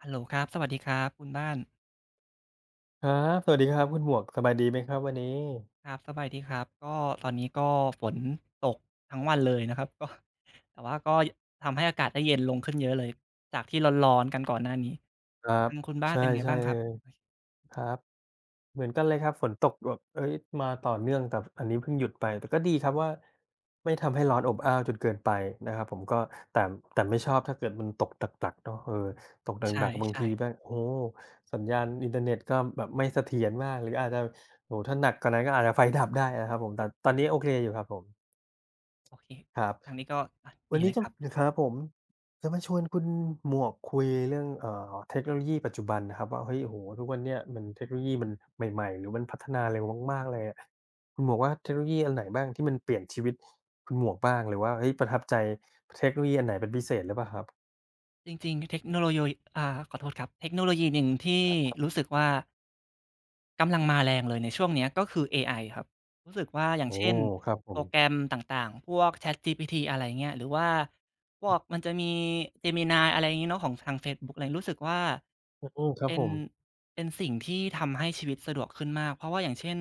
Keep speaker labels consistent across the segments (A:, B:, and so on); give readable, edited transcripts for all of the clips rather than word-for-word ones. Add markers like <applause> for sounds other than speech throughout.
A: ฮัลโหลครับสวัสดีครับคุณบ้าน
B: ครับสวัสดีครับคุณหมวกสบายดีไหมครับวันนี้
A: ครับสบายดีครับก็ตอนนี้ก็ฝนตกทั้งวันเลยนะครับก็ <laughs> แต่ว่าก็ทำให้อากาศได้เย็นลงขึ้นเยอะเลยจากที่ร้อนๆกันก่อนหน้านี้
B: ครับ
A: ทางคุณบ้าน
B: ใช่
A: เป็นไง
B: ใช่
A: บ้างค
B: เล
A: รับ
B: ยครับเหมือนกันเลยครับฝนตกแบบเฮ้ยมาต่อเนื่องแต่อันนี้เพิ่งหยุดไปแต่ก็ดีครับว่าไม่ทำให้ร้อนอบอ้าวจนเกินไปนะครับผมก็แต่แต่ไม่ชอบถ้าเกิดมันตกหนักๆเนาะเออตกห
A: ใช่
B: นักๆบาง
A: ใช่
B: ที
A: ครั
B: แม่ง
A: บ
B: โอ้โฮสัญญาณอินเทอร์เน็ตก็แบบไม่เสถียรมากหรืออาจจะโอ้โฮถ้าหนักกว่านั้นก็อาจจะไฟดับได้นะครับผมแต่ตอนนี้โอเคอยู่ครับผม
A: โอเค
B: ครับ
A: ทางนี้ก็อะ
B: วั
A: ดี
B: น
A: เล
B: นี้
A: ยค
B: จะ
A: รับ
B: นครับผมจะมาชวนคุณหมวกคุยเรื่องเทคโนโลยีปัจจุบันนะครับว่าเฮ้ยโอ้โฮทุกวันเนี้ยมันเทคโนโลยีมันใหม่ๆหรือมันพัฒนาเร็วมากๆเลยอะคุณหมวกว่าเทคโนโลยีอันไหนบ้างที่มันเปลี่ยนชีวิตคุณหมวกบ้างหรือว่าเฮ้ยประทับใจเทคโนโลยีอันไหนเป็นพิเศษหรือเปล่าครับ
A: จริงๆเทคโนโลยีอ่าขอโทษครับเทคโนโลยีหนึ่งที่
B: ครับ
A: รู้สึกว่า กำลังมาแรงเลยในช่วงเนี้ยก็คือเอไอครับรู้สึกว่าอย่าง
B: โอ้
A: เช่น
B: ครับผ
A: โปร
B: ม
A: แกรมต่างๆ พวก ChatGPT อะไรเงี้ยหรือว่าพว
B: อื
A: กมันจะมี Gemini อะไรงี้เนาะของทางเฟซบุ๊กอะไร รู้สึกว่า
B: ออืมครับ
A: เป็
B: ผ
A: น
B: ม
A: เป็นสิ่งที่ทำให้ชีวิตสะดวกขึ้นมากเพราะว่าอย่างเช่น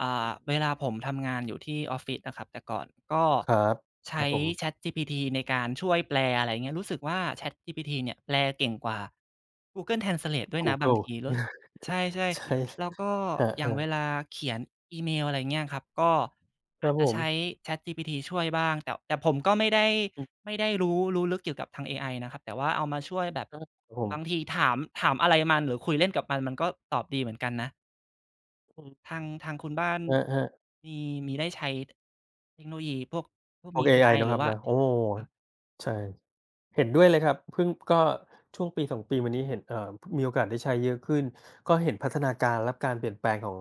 A: เวลาผมทำงานอยู่ที่ออฟฟิศอะครับแต่ก่อนก็
B: ครับครั
A: ใช้
B: บผม
A: ChatGPT ในการช่วยแปลอะไรเงี้ยรู้สึกว่า ChatGPT เนี่ยแปลเก่งกว่า Google Translate ด้วย
B: กู
A: นะบา
B: เกิ
A: ง
B: ล
A: ทีแล้ว ใช่
B: ใช่
A: ๆแล้วก็
B: <laughs> ครับ
A: อ
B: เอ
A: ย่า
B: อ
A: งเวลาเขียนอีเมลอะไรเงี้ยครับก็
B: ค
A: อา
B: รั
A: จ
B: บผ
A: จะ
B: ม
A: ใช้ ChatGPT ช่วยบ้างแต่ผมก็ไม่ได้
B: อืม
A: ไม่ได้รู้ลึกเกี่ยวกับทางเอไอนะครับแต่ว่าเอามาช่วยแบบ
B: ครับครับผ
A: บาง
B: ม
A: ทีถามอะไรมันหรือคุยเล่นกับมันมันก็ตอบดีเหมือนกันนะ
B: อืม
A: ทางคุณบ้าน
B: ครับๆ
A: มีมีได้ใช้เทคโนโลยีพวก
B: พว
A: มี
B: กเอ
A: เอ
B: ไอ
A: ไอห
B: เนาะ
A: รื
B: ค
A: อ
B: รับ
A: ว่า
B: เนาะโอ้
A: ครับ
B: ใช่เห็นด้วยเลยครับเพิ่งก็ช่วงปี2ปีมานี้เห็นมีโอกาสได้ใช้เยอะขึ้นก็เห็นพัฒนาการและการเปลี่ยนแปลงของ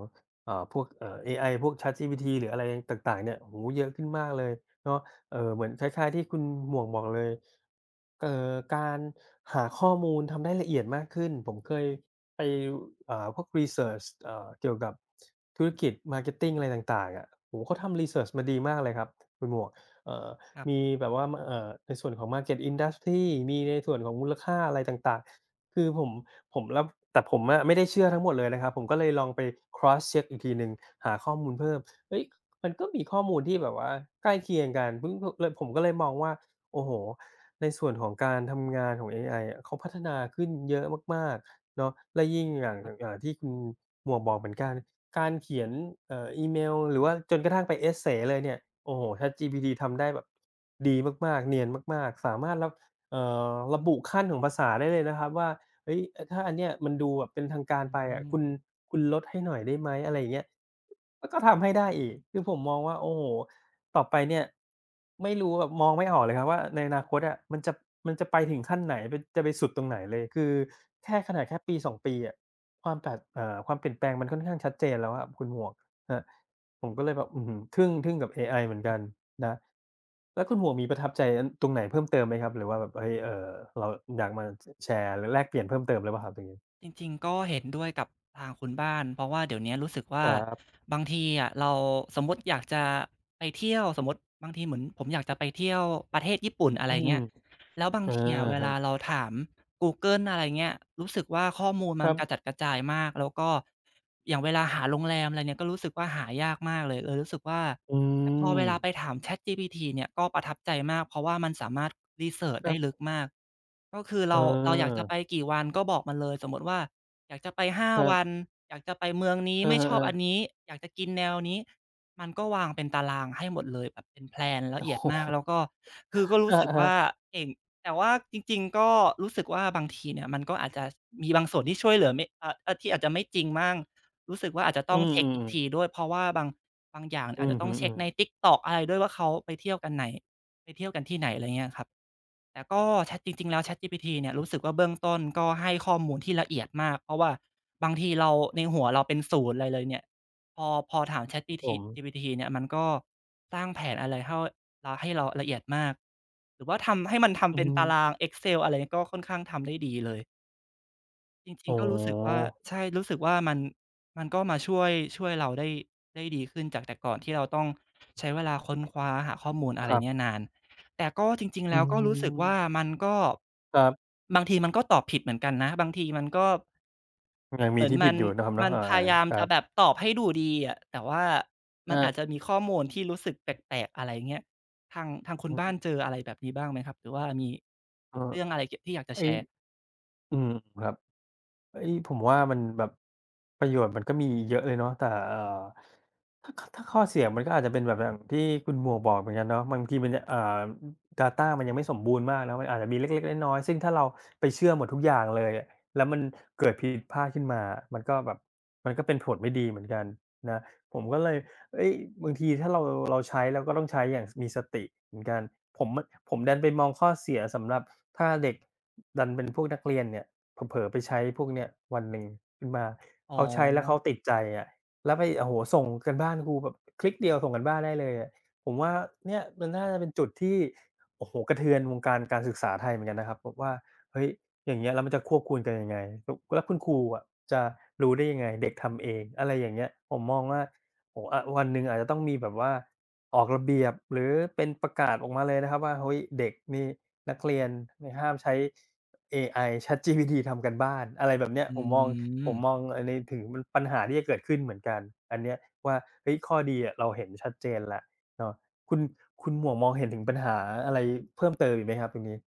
B: พวกเอไอพวก ChatGPT หรืออะไรต่างๆเนี่ยโอ้โฮเยอะขึ้นมากเลยเนาะเหมือนคล้ายๆที่คุณหมวกบอกเลยการหาข้อมูลทำได้ละเอียดมากขึ้นผมเคยไปพวกรีเซิร์ชเกี่ยวกับธุรกิจ marketing อะไรต่างๆอะโอ้โฮเขาทำรีเซิร์ชมาดีมากเลยครับคุณหมวกเอ่อ
A: ครับ
B: มีแบบว่าในส่วนของ Market Industry มีในส่วนของมูลค่าอะไรต่างๆ คือผมรับแต่ผมอะไม่ได้เชื่อทั้งหมดเลยนะครับผมก็เลยลองไป cross check อีกทีหนึ่งหาข้อมูลเพิ่มเฮ้ยมันก็มีข้อมูลที่แบบว่าใกล้เคียงกันพึ่งพเลยผมก็เลยมองว่าโอ้โฮในส่วนของการทำงานของเอไออะเขาพัฒนาขึ้นเยอะมากๆ เนาะและยิ่งอย่าง
A: ครับ
B: ที่คุณหมวกบอกเหมือนกันการเขียนอีเมลหรือว่าจนกระทั่งไปเอสเซย์เลยเนี่ยโอ้โฮ ChatGPT ทำได้แบบดีมากๆเนียนมากๆสามารถเอ่ระบุขั้นของภาษาได้เลยนะครับว่า เฮ้ยถ้าอันเนี้ยมันดูแบบเป็นทางการ
A: อื
B: ไปอะ
A: ม
B: คุณลดให้หน่อยได้ไหมอะไรอย่างเงี้ยมันก็ทำให้ได้อีกคือผมมองว่าโอ้โฮต่อไปเนี่ยไม่รู้แบบมองไม่ออกเลยครับว่าในอนาคตอะมันจะไปถึงขั้นไหนไปจะไปสุดตรงไหนเลยคือแค่ขนาดแค่ปสอ2ปีอะความแตกความเปลี่ยนแปลงมันค่อนข้างชัดเจนแล้วอะคุณหมวกครับผมก็เลยแบบอื้อฮือทึ่งกับเอไอเหมือนกัน นะแล้วคุณหมวกมีประทับใจอตรงไหนเพิ่มเติมไหมครับหรือว่าแบบเฮ้ยเราอยากมาชแชร์หรือแลกเปลี่ยนเพิ่มเติมหรือเปล่าครับตรงนี้
A: จริงๆก็เห็นด้วยกับทางคุณบ้านเพราะว่าเดี๋ยวเนี้ยรู้สึกว่า
B: ครับ
A: บางทีอะเราสมมุติอยากจะไปเที่ยวสมมุติบางทีเหมือนผมอยากจะไปเที่ยวประเทศญี่ปุ่นอะไร
B: อืม
A: เงี้ยแล้วบา
B: เอ
A: ง
B: อ
A: ทีอะเว
B: ครั
A: ลา
B: บ
A: เราถามกูเกิลอะไรเงี้ยรู้สึกว่าข้อมูล
B: ค
A: มัน
B: รั
A: กระจัด
B: บ
A: กระจายมากแล้วก็อย่างเวลาหาโรงแรมอะไรเนี่ยก็รู้สึกว่าหายากมากเลยเลยรู้สึกว่า
B: อื
A: แต่พอ
B: ม
A: เวลาไปถาม ChatGPT เนี่ยก็ประทับใจมากเพราะว่ามันสามารถรีเซิร์ช
B: ค
A: ได้
B: รั
A: ลึก
B: บ
A: มากก็คือ
B: เ
A: เราอยากจะ
B: ออ
A: ไปกี่วันก็บอกมันเลยสมมุติว่าอยากจะไป5
B: ครั
A: วัน
B: บ
A: อยากจะไปเมืองนี้
B: เอ
A: ไม่ชอบอัน
B: อ
A: นี้อยากจะกินแนวนี้มันก็วางเป็นตารางให้หมดเลยแบบเป็นแพลน
B: ๆ
A: ละ
B: โอ้
A: เอียดมา
B: โฮ
A: กแล้วก็คือก็
B: <laughs>
A: รู้สึกว่า
B: อา
A: เก่งแต่ว่าจริงๆก็รู้สึกว่าบางทีเนี่ยมันก็อาจจะมีบางส่วนที่ช่วยเหลือไม่อ่าที่อาจจะไม่จริงมั่งรู้สึกว่าอาจจะ
B: ๆ
A: ต้
B: อื
A: องเช็กอี
B: ม
A: กที
B: ๆ
A: ด้วยเพราะว่าบาง บางอย่าง
B: อื
A: อาจ
B: อ
A: จะต้อ
B: ฮึ
A: งเช็
B: อื
A: ค
B: ม
A: ใน TikTok อะไรด้วยว่าเขาไปเที่ยวกันไหนไปเที่ยวกันที่ไหนอะไรเงี้ยครับแต่ก็ Chat จริงๆแล้ว ChatGPT เนี่ยรู้สึกว่าเบื้องต้นก็ให้ข้อมูลที่ละเอียดมากเพราะว่าบางทีเราในหัวเราเป็นศูนย์อะไรเลยเนี่ยพอถาม
B: ครับ
A: ChatGPT
B: ผม
A: GPT เนี่ยมันก็สร้างแผนอะไรให้เราละเอียดมากหรือว่าทำให้มันทำ
B: อื
A: เป็นตาราง
B: ม
A: Excel อะไรก็ค่อนข้างทำได้ดีเลย จริ
B: อ๋
A: งๆก็รู้สึกว่า
B: อ
A: ใช่รู้สึกว่ามันมันก็มาช่วยเราได้ได้ดีขึ้นจากแต่ก่อนที่เราต้องใช้เวลาค้นคว้าหาข้อมูลอะ
B: ค
A: ไร
B: รั
A: เนี่ย
B: บ
A: นานแต่ก็จริงๆ
B: อื
A: แล้วก็รู้สึกว่า
B: ม
A: มันก็
B: ครับ
A: บางทีมันก็ตอบผิดเหมือนกันนะบางทีมันก็
B: ยัง
A: เห
B: มี
A: มือน
B: ที่
A: มั
B: ผิด
A: น
B: อยู่เนาะครับ
A: มั
B: เนาะ
A: น
B: อา
A: พยายาม
B: ครั
A: จะแบบ
B: บ
A: ตอบให้ดูดีอะแต่ว่ามันอาจจะ
B: อา
A: มีข้อมูลที่รู้สึกแปลกๆอะไรเงี้ยทางคุณ
B: อื
A: บ้านเจ
B: ม
A: ออะไรแบบนี้บ้างไหมครับหรือว่ามี
B: เออ
A: เรื่องอะไรเกี่ยวที่อยากจะ
B: ไอ้
A: แชร์
B: อืมครับ เอ้ยผมว่ามันแบบประโยชน์มันก็มีเยอะเลยเนาะแต่ถ้าข้อเสียมันก็อาจจะเป็นแบบอย่างที่คุณหมวกบอกเหมือนกันเนาะบางทีมันจะดาตามันยังไม่สมบูรณ์มากเนาะมันอาจจะมีเล็กๆน้อยๆซึ่งถ้าเราไปเชื่อหมดทุกอย่างเลยอะแล้วมันเกิดผิดพลาดขึ้นมามันก็แบบมันก็เป็นผลไม่ดีเหมือนกันนะผมก็เลยเฮ้ยบางทีถ้าเราใช้เราก็ต้องใช้อย่างมีสติเหมือนกันผมอะผมดันไปมองข้อเสียสำหรับถ้าเด็กดันเป็นพวกนักเรียนเนี่ย เผลอๆไปใช้พวกเนี้ยวันหนึ่งขึ้นมา
A: อ๋อ
B: เขาใช้แล้วเขาติดใจอะแล้วไปโอ้โฮส่งกันบ้านครูแบบคลิกเดียวส่งกันบ้านได้เลยอะผมว่าเนี่ยมันน่าจะเป็นจุดที่โอ้โฮกระเทือนวงการการศึกษาไทยเหมือนกันนะครับแบบว่าเฮ้ยอย่างเงี้ยแล้วมันจะควบคุมกันยังไงแล้วคุณครูอะจะรู้ได้ยังไงเด็กทำเองอะไรอย่างเงี้ยผมมองว่าโอ้โฮอะวันหนึ่งอาจจะต้องมีแบบว่าออกระเบียบหรือเป็นประกาศออกมาเลยนะครับว่าเฮ้ยเด็กนี่นักเรียนนี่ห้ามใช้ เอไอ ChatGPT ทำการบ้านอะไรแบบเนี้ย
A: อื
B: ผมมองผ
A: ม
B: มมองอันนี้ถึงมันปัญหาที่จะเกิดขึ้นเหมือนกันอันเนี้ยว่าเฮ้ยข้อดีอะเราเห็นชัดเจนแล้วเนาะคุณคุณหมวกมองเห็นถึงปัญหาอะไรเพิ่มเติมอีกไหมครับตรงนี้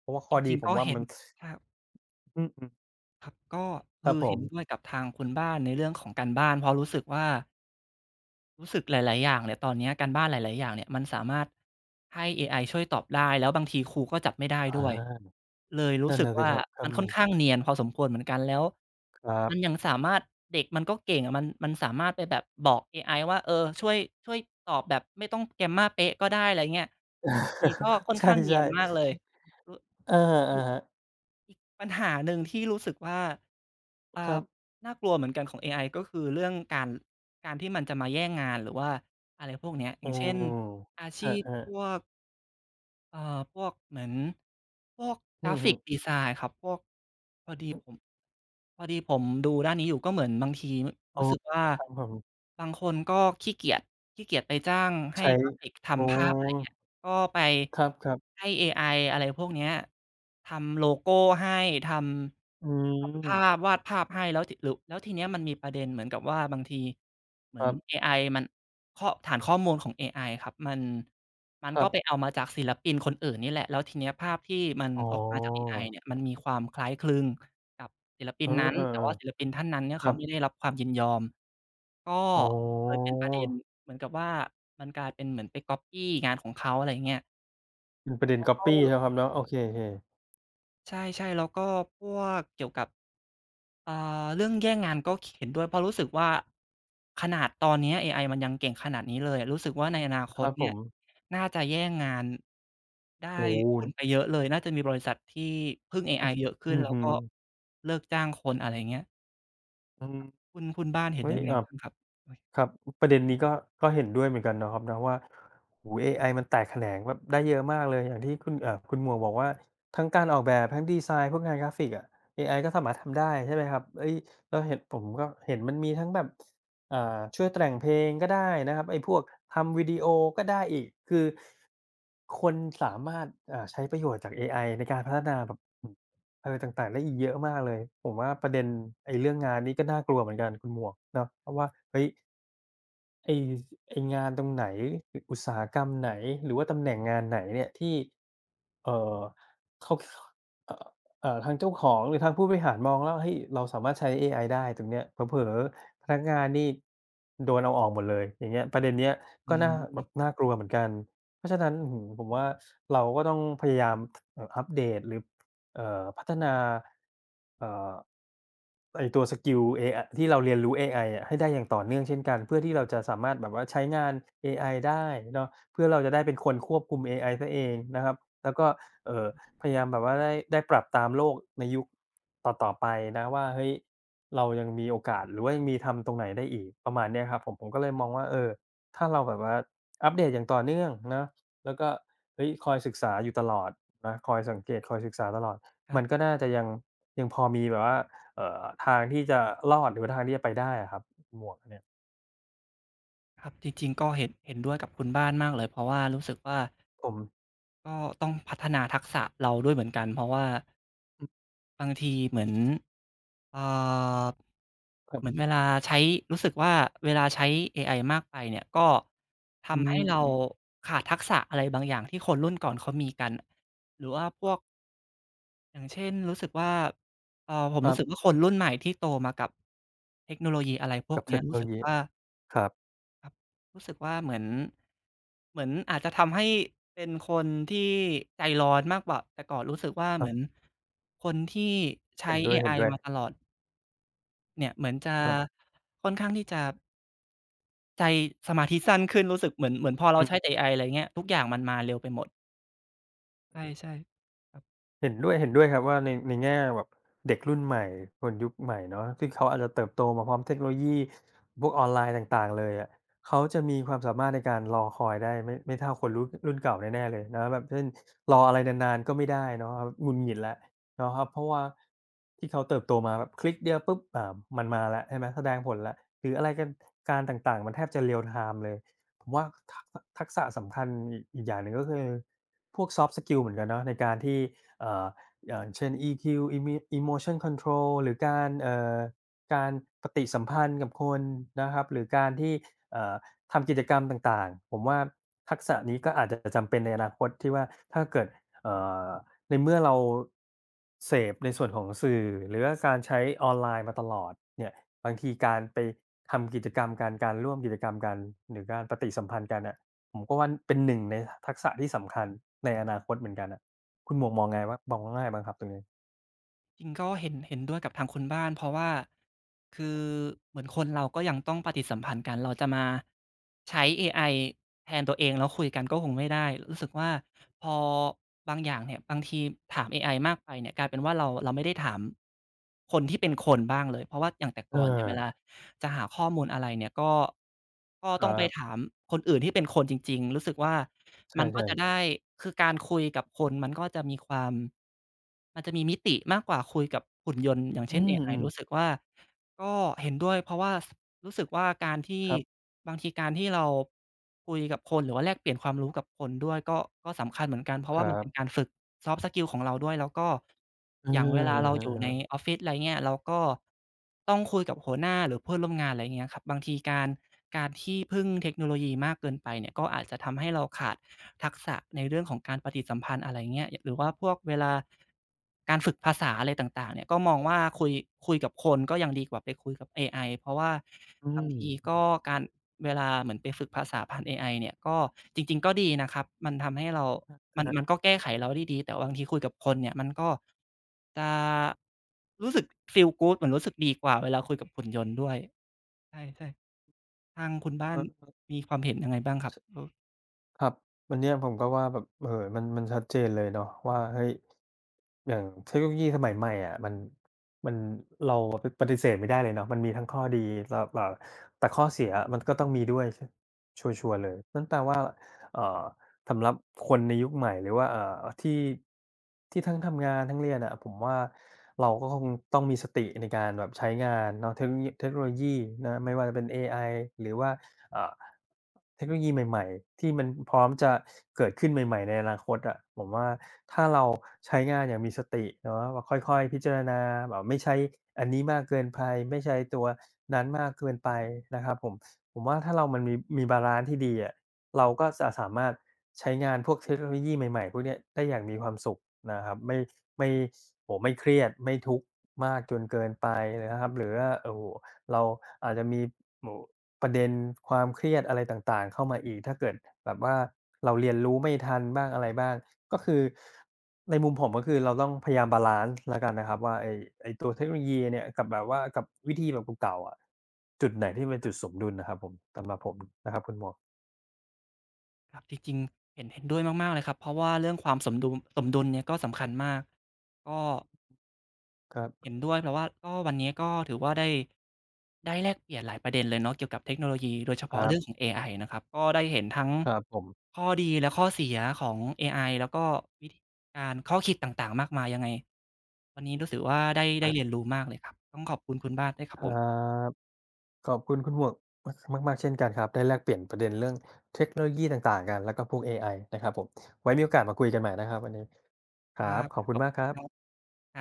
B: เพราะว่า
A: จ
B: ข้อดี
A: ริง
B: ผ
A: ๆ
B: ม
A: ก็
B: ว่า
A: เห็น
B: มัน
A: ครับ
B: อืม
A: ครับก็
B: ๆครั
A: คื
B: บ
A: อ
B: ผ
A: เห็
B: ม
A: นด้วยกับทางคุณบ้านในเรื่องของการบ้านเพราะรู้สึกว่ารู้สึกหลายๆอย่างเนี่ยตอนเนี้ยการบ้านหลายๆอย่างเนี่ยมันสามารถให้เอไอช่วยตอบได้แล้วบางทีครูก็จับไม่ได้
B: อ
A: ด้วย
B: า
A: เลยรู้
B: นั่น
A: สึก
B: น่ะสิ
A: ว่า
B: ครับครั
A: มั
B: บ
A: นค่อนข้างเนียนพอสมควรเหมือนกันแล้ว
B: <laughs> ครั
A: มันยั
B: บ
A: งสามารถเด็กมันก็เก่งอะมันสามารถไปแบบบอกเอไอว่าเออช่วยช่วยตอบแบบไม่ต้อง grammar เป๊ะก็ได้อะไรเงี้ยทีก็ค่อน
B: ใช่
A: ข้างเนียนมากเลย
B: ๆ
A: รจริง
B: อะฮะ
A: อีกปัญหาหนึ่งที่รู้สึกว่าอ่า
B: ครับ
A: น่ากลัวเหมือนกันของเอไอก็คือเรื่องการที่มันจะมาแย่งงานหรือว่าอะไรพวกเนี้ยอ
B: อื
A: ย่างเช่น
B: ม
A: อา
B: ค
A: ชี
B: รั
A: พ
B: บ
A: พว
B: ๆ
A: ก เอ่อพวกเหมือนพวกก
B: อื
A: รา
B: อ
A: ฟิ
B: ฮึ
A: กดีไซน์ครับ พวกพอดีผม
B: อ
A: พอดีผมดูด้านนี้อยู่ก็เหมือนบางที
B: อ๋อ
A: รู้สึกว่า
B: ครับผม
A: บางคนก็ขี้เกียจขี้เกียจไปจ้างให้
B: ใช้
A: กราฟิก
B: อ๋อ
A: ทำภาพอะไรเงี้ยก็ไป
B: ครับๆ
A: ให้เอไออะไรพวกเนี้ยทำโลโก้ให้ท
B: อื
A: ำทำ
B: ม
A: ภาพวาดภาพให้แล้วทีหรือแล้วทีเนี้ยมันมีประเด็นเหมือนกับว่าบางทีเหมื
B: ค
A: อน
B: รั
A: เอ
B: บ
A: ไอมันข้อฐานข้อมูลของเอไอครับมัน มัน
B: ครั
A: ก็ไป
B: บ
A: เอามาจากศิลปินคนอื่นนี่แหละ แล้วทีเนี้ยภาพที่มัน
B: อ๋อ
A: ออกมาจากเอไอเนี่ยมันมีความคล้ายคลึงกับศิลปิ
B: เอ
A: น
B: อ
A: นั้น
B: เออ
A: แต่ว่าศิลปินท่านนั้นเนี่
B: ๆ
A: ย
B: ค
A: เขา
B: รับ
A: ไม่ได้รับความยินยอม ก็
B: อ๋อ
A: เลยเป็นประเด็นเหมือนกับว่ามันกลายเป็นเหมือนไปก๊อบปี้งานของเขาอะไรอย่างเงี้ย
B: เป็นประเด็นก๊อบปี้
A: ก็
B: เนาะครับเนาะโอเคๆ
A: ใช่ๆแล้วก็พวกเกี่ยวกับ อ่าเรื่องแย่งงานก็เห็นด้วยเพราะรู้สึกว่าขนาดตอนเนี้ยเอไอมันยังเก่งขนาดนี้เลยอะรู้สึกว่าในอนาค
B: ค
A: ต
B: รับผ
A: เนี่ย
B: ม
A: น่าจะแย่งงานได้
B: โอ้โฮ
A: คนไปเยอะเลยน่าจะมีบริษัทที่พึ่งเอไอเยอะขึ้
B: อื
A: น
B: อ
A: แล้ว
B: ฮึ
A: ก็เลิกจ้างคนอะไรอย่างเงี้ย
B: อืม
A: คุณบ้านเห็น
B: เฮ้ย
A: ยังไงบ้างครับอุ๊ย
B: ครับประเด็นนี้ก็ก็เห็นด้วยเหมือนกันเนาะครับเนาะว่าโอ้โฮเอไอมันแตกแขนงแบบได้เยอะมากเลยอย่างที่คุณคุณหมวกบอกว่าทั้งการออกแบบทั้งดีไซน์พวกงานกราฟิกอะเอไอก็สามารถทำได้ใช่ไหมครับเฮ้ยเราเห็นผมก็เห็นมันมีทั้งแบบช่วยแต่งเพลงก็ได้นะครับไอ้พวกทำวิดีโอก็ได้อีกคือคนสามารถใช้ประโยชน์จากเอไอในการพัฒนาแบบอะไรต่างๆได้อีกเยอะมากเลยผมว่าประเด็นไอ้เรื่องงานนี่ก็น่ากลัวเหมือนกันคุณหมวกเนาะเพราะว่าเฮ้ย ไอ้ไอ้งานตรงไหนอุตสาหกรรมไหนหรือว่าตำแหน่งงานไหนเนี่ยที่เอ่อเขาเอ่อทางเจ้าของหรือทางผู้บริหารมองแล้วเฮ้ยเราสามารถใช้เอไอได้ตรงเนี้ยเผลอๆพนักงานนี่โดนเอาออกหมดเลยอย่างเงี้ยประเด็นเนี้ย
A: อื
B: ก็น่าแบ
A: ม
B: บน่ากลัวเหมือนกันเพราะฉะนั้นอื้อฮือผมว่าเราก็ต้องพยายามอัปเดตหรือพัฒนาเอ่อ ไอ้ตัวสกิลเอไอที่เราเรียนรู้เอไออะให้ได้อย่างต่อเนื่องเช่นกันเพื่อที่เราจะสามารถแบบว่าใช้งานเอไอได้เนาะเพื่อเราจะได้เป็นคนควบคุมเอไอเสียเองนะครับแล้วก็เอ่อพยายามแบบว่าได้ปรับตามโลกในยุคต่อๆไปนะว่าเฮ้ยเรายังมีโอกาสหรือว่ายังมีทำตรงไหนได้อีกประมาณเนี้ยครับผมผมก็เลยมองว่าเออถ้าเราแบบว่าอัปเดตอย่างต่อเนื่องนะแล้วก็เฮ้ยคอยศึกษาอยู่ตลอดนะคอยสังเกตคอยศึกษาตลอด
A: ครั
B: มันก็
A: บ
B: น่าจะยังพอมีแบบว่า ทางที่จะรอดหรือว่าทางที่จะไปได้อะครับหมวกเนี่ย
A: ครับจริงๆก็เห็นด้วยกับคุณบ้านมากเลยเพราะว่ารู้สึกว่า
B: ผม
A: ก็ต้องพัฒนาทักษะเราด้วยเหมือนกันเพราะว่า
B: อือ
A: บางทีเหมือนเอ่อ
B: ครั
A: เหมือน
B: บ
A: เวลาใช้รู้สึกว่าเวลาใช้เอไอมากไปเนี่ยก็
B: อื
A: ทำให้เรา
B: ม
A: ขาดทักษะอะไรบางอย่างที่คนรุ่นก่อนเขามีกันหรือว่าพวกอย่างเช่นรู้สึกว่าผม
B: ครั
A: รู้สึกว่า
B: บ
A: คนรุ่นใหม่ที่โตมากับเทคโนโลยีอะไรพวก
B: กับเท
A: เนี้ย
B: คโน
A: รู้
B: โล
A: สึก
B: ยี
A: ว่า
B: ครับ
A: ครับรู้สึกว่าเหมือนอาจจะทำให้เป็นคนที่ใจร้อนมากกว่าแต่ก่อนรู้สึกว่า
B: ค
A: เห
B: รั
A: มือน
B: บ
A: คนที่ใช้
B: เห็น
A: เอ
B: ด้
A: ไอ
B: วย
A: มา
B: ๆ
A: ตลอดเนี่ยเหมือนจะ
B: ครับ
A: ค่อนข้างที่จะใจสมาธิสั้นขึ้นรู้สึกเหมือนพอเรา
B: อืม
A: ใช้แต่เอไออะไรเงี้ยทุกอย่างมันมาเร็วไปหมดใช่ๆครับ
B: เห็นด้วยเห็นด้วยครับว่าในในแง่แบบเด็กรุ่นใหม่คนยุคใหม่เนาะซึ่งเขาอาจจะเติบโตมาพร้อมเทคโนโลยีพวกออนไลน์ต่างๆเลยอะเขาจะมีความสามารถในการรอคอยได้ไม่เท่าคนรุ่นเก่าแน่ๆเลยนะแบบเช่นรออะไรนานๆก็ไม่ได้เนาะครับหงุดหงิดแล้วเนาะครับเพราะว่าที่เขาเติบโตมาแบบคลิกเดียวปุ๊บมันมาแล้วใช่ไหมแสดงผลแล้วหรืออะไรกันการต่างๆมันแทบจะ real time เลยผมว่าทักทักษะสำคัญอีกอย่างหนึ่งก็คือพวกซอฟต์สกิลเหมือนกันเนาะในการที่ เอ่ออย่างเช่น EQ Emotion Control หรือการการปฏิสัมพันธ์กับคนนะครับหรือการที่เอ่อทำกิจกรรมต่างๆผมว่าทักษะนี้ก็อาจจะจำเป็นในอนาคตที่ว่าถ้าเกิดเอ่อในเมื่อเราเสพในส่วนของสื่อหรือว่าการใช้ออนไลน์มาตลอดเนี่ยบางทีการไปทำกิจกรรมกันการร่วมกิจกรรมกันหรือการปฏิสัมพันธ์กันน่ะผมก็ว่าเป็นหนึ่งในทักษะที่สำคัญในอนาคตเหมือนกันะ คุณหมวกมองไงว่ามองว่าง่ายบ้างครับตรงนี้
A: จริงก็เห็นด้วยกับทางคุณบ้านเพราะว่าคือเหมือนคนเราก็ยังต้องปฏิสัมพันธ์กันเราจะมาใช้เอไอแทนตัวเองแล้วคุยกันก็คงไม่ได้รู้สึกว่า พอบางอย่างเนี่ยบางทีถามเอไอมากไปเนี่ยกลายเป็นว่าเราไม่ได้ถามคนที่เป็นคนบ้างเลยเพราะว่าอย่างแต่
B: เ
A: ก่อนเนี่ยเวลา
B: ออ
A: จะหาข้อมูลอะไรเนี่ยก็
B: ค
A: ต้อง
B: รั
A: ไป
B: บ
A: ถามคนอื่นที่เป็นคนจริงๆรู้สึกว่า
B: ใช
A: มันก็จะ
B: ่
A: ได้คือการคุยกับคนมันก็จะมีความมันจะมีมิติมากกว่าคุยกับหุ่นยนต์อย่าง
B: ๆอื
A: เช่นเอไอ
B: ม
A: รู้สึก
B: ๆ
A: ว่า ก็เห็นด้วยเพราะว่าสรู้สึกว่าการที่
B: ครับ
A: บางทีการที่เราคุยกับคนหรือว่าแลกเปลี่ยนความรู้กับคนด้วยก็สำคัญเหมือนกันเพราะ
B: ค
A: ว่า
B: รั
A: มันเป็นการ
B: บ
A: ฝึก soft skill ของเราด้วยแล้วก็
B: เออ
A: อย่างเวลา
B: อะ
A: เราอยู่ใน
B: ฮะ
A: ออฟฟิศอะไรเงี้ยเราก็ต้องคุยกับหัวหน้าหรือเพื่อนร่วมงานอะไรเงี้ยครับบางทีการที่พึ่งเทคโนโลยีมากเกินไปเนี่ยก็อาจจะทำให้เราขาด ทักษะในเรื่องของการปฏิสัมพันธ์อะไรเงี้ยหรือว่าพวกเวลาการฝึกภาษาอะไรต่างๆเนี่ยก็มองว่าคุยกับคนก็ยังดีกว่าไปคุยกับเอไอเพราะว่า
B: ๆอื
A: บางทีก็
B: ม
A: การเวลาเหมือนไปฝึกภาษาผ่านเอไอเนี่ยก็จริงๆก็ดีนะครับมันทำให้เรา
B: ค
A: มัน
B: รั
A: มัน
B: บ
A: ก็แก้ไขเราได้ดีแต่บางทีคุยกับคนเนี่ยมันก็จะรู้สึก feel good เหมือนรู้สึกดีกว่าเวลาคุยกับหุ่นยนต์ด้วยใช่ๆทางคุณบ้าน
B: เออ
A: มีความเห็นยังไงบ้างครับเออ
B: ครับวันเนี้ยผมก็ว่าแบบเออมันชัดเจนเลยเนาะว่าเฮ้ยอย่างเทคโนโลยีสมัยใหม่อะมันเราอะไปปฏิเสธไม่ได้เลยเนาะมันมีทั้งข้อดีแล้วแต่ข้อเสียมันก็ต้องมีด้วยชัวร์ๆเลยนั่นแปลว่าเอ่อสำหรับคนในยุคใหม่หรือว่าที่ที่ทั้งทำงานทั้งเรียนอะผมว่าเราก็คงต้องมีสติในการแบบใช้งานเนาะเทคโนโลยีนะไม่ว่าจะเป็นเอไอหรือว่า อ่าเทคโนโลยีใหม่ๆที่มันพร้อมจะเกิดขึ้นใหม่ๆในอนาคตอะผมว่าถ้าเราใช้งานอย่างมีสติเนาะแบบค่อยๆพิจารณาแบบไม่ใช้อันนี้มากเกินไปไม่ใช้ตัวนั้นมากเกินไปนะครับผมผมว่าถ้าเรามันมีบาลันซ์ที่ดีอะเราก็จะสามารถใช้งานพวกเทคโนโลยีใหม่ๆพวกเนี้ยได้อย่างมีความสุขนะครับไม่โอ้โฮไม่เครียดไม่ทุกข์มากจนเกินไปนะครับหรือว่าโอ้โฮเราอาจจะมีโอ้โฮ ประเด็นความเครียดอะไรต่างๆเข้ามาอีกถ้าเกิดแบบว่าเราเรียนรู้ไม่ทันบ้างอะไรบ้างก็คือในมุมผมก็คือเราต้องพยายามบาลันซ์แล้วกันนะครับว่าไอ้ตัวเทคโนโลยีเนี่ยกับแบบว่ากับวิธีแบบเก่าๆอะจุดไหนที่เป็นจุดสมดุลนะครับผมสำหรับผมนะครับคุณหมวก
A: ครับจริงๆเห็นด้วยมากๆเลยครับเพราะว่าเรื่องความสมดุลเนี่ยก็สำคัญมากก็
B: ครับ
A: เห็นด้วยเพราะว่าก็วันนี้ก็ถือว่าได้แลกเปลี่ยนหลายประเด็นเลยเนาะเกี่ยวกับเทคโนโลยีโดยเฉ
B: ค
A: พาะ
B: รับ
A: เรื่องของเอไอนะครับก็ได้เห็นทั้ง
B: ครับผม
A: ข้อดีและข้อเสียของเอไอแล้วก็วิธีการข้อคิดต่างๆมากมายยังไงวันนี้รู้สึกว่าได้เรียนรู้มากเลยครับต้องขอบคุณคุณบ้านด้วยครั
B: ค
A: บผ
B: รั
A: ม
B: บครับขอบคุณคุณหมวกมมากๆเช่นกันครับได้แลกเปลี่ยนประเด็นเรื่องเทคโนโลยีต่างๆกันแล้วก็พวกเอไอนะครับผมไว้มีโอกาสมาคุยกันใหม่นะครับวันนี้ค
A: ค
B: รั
A: รั
B: บ
A: บ
B: ขอบคุ
A: ข
B: ณ
A: อบ
B: มา
A: คุ
B: ก
A: ณ
B: ครั
A: ครับ
B: บ
A: ครับ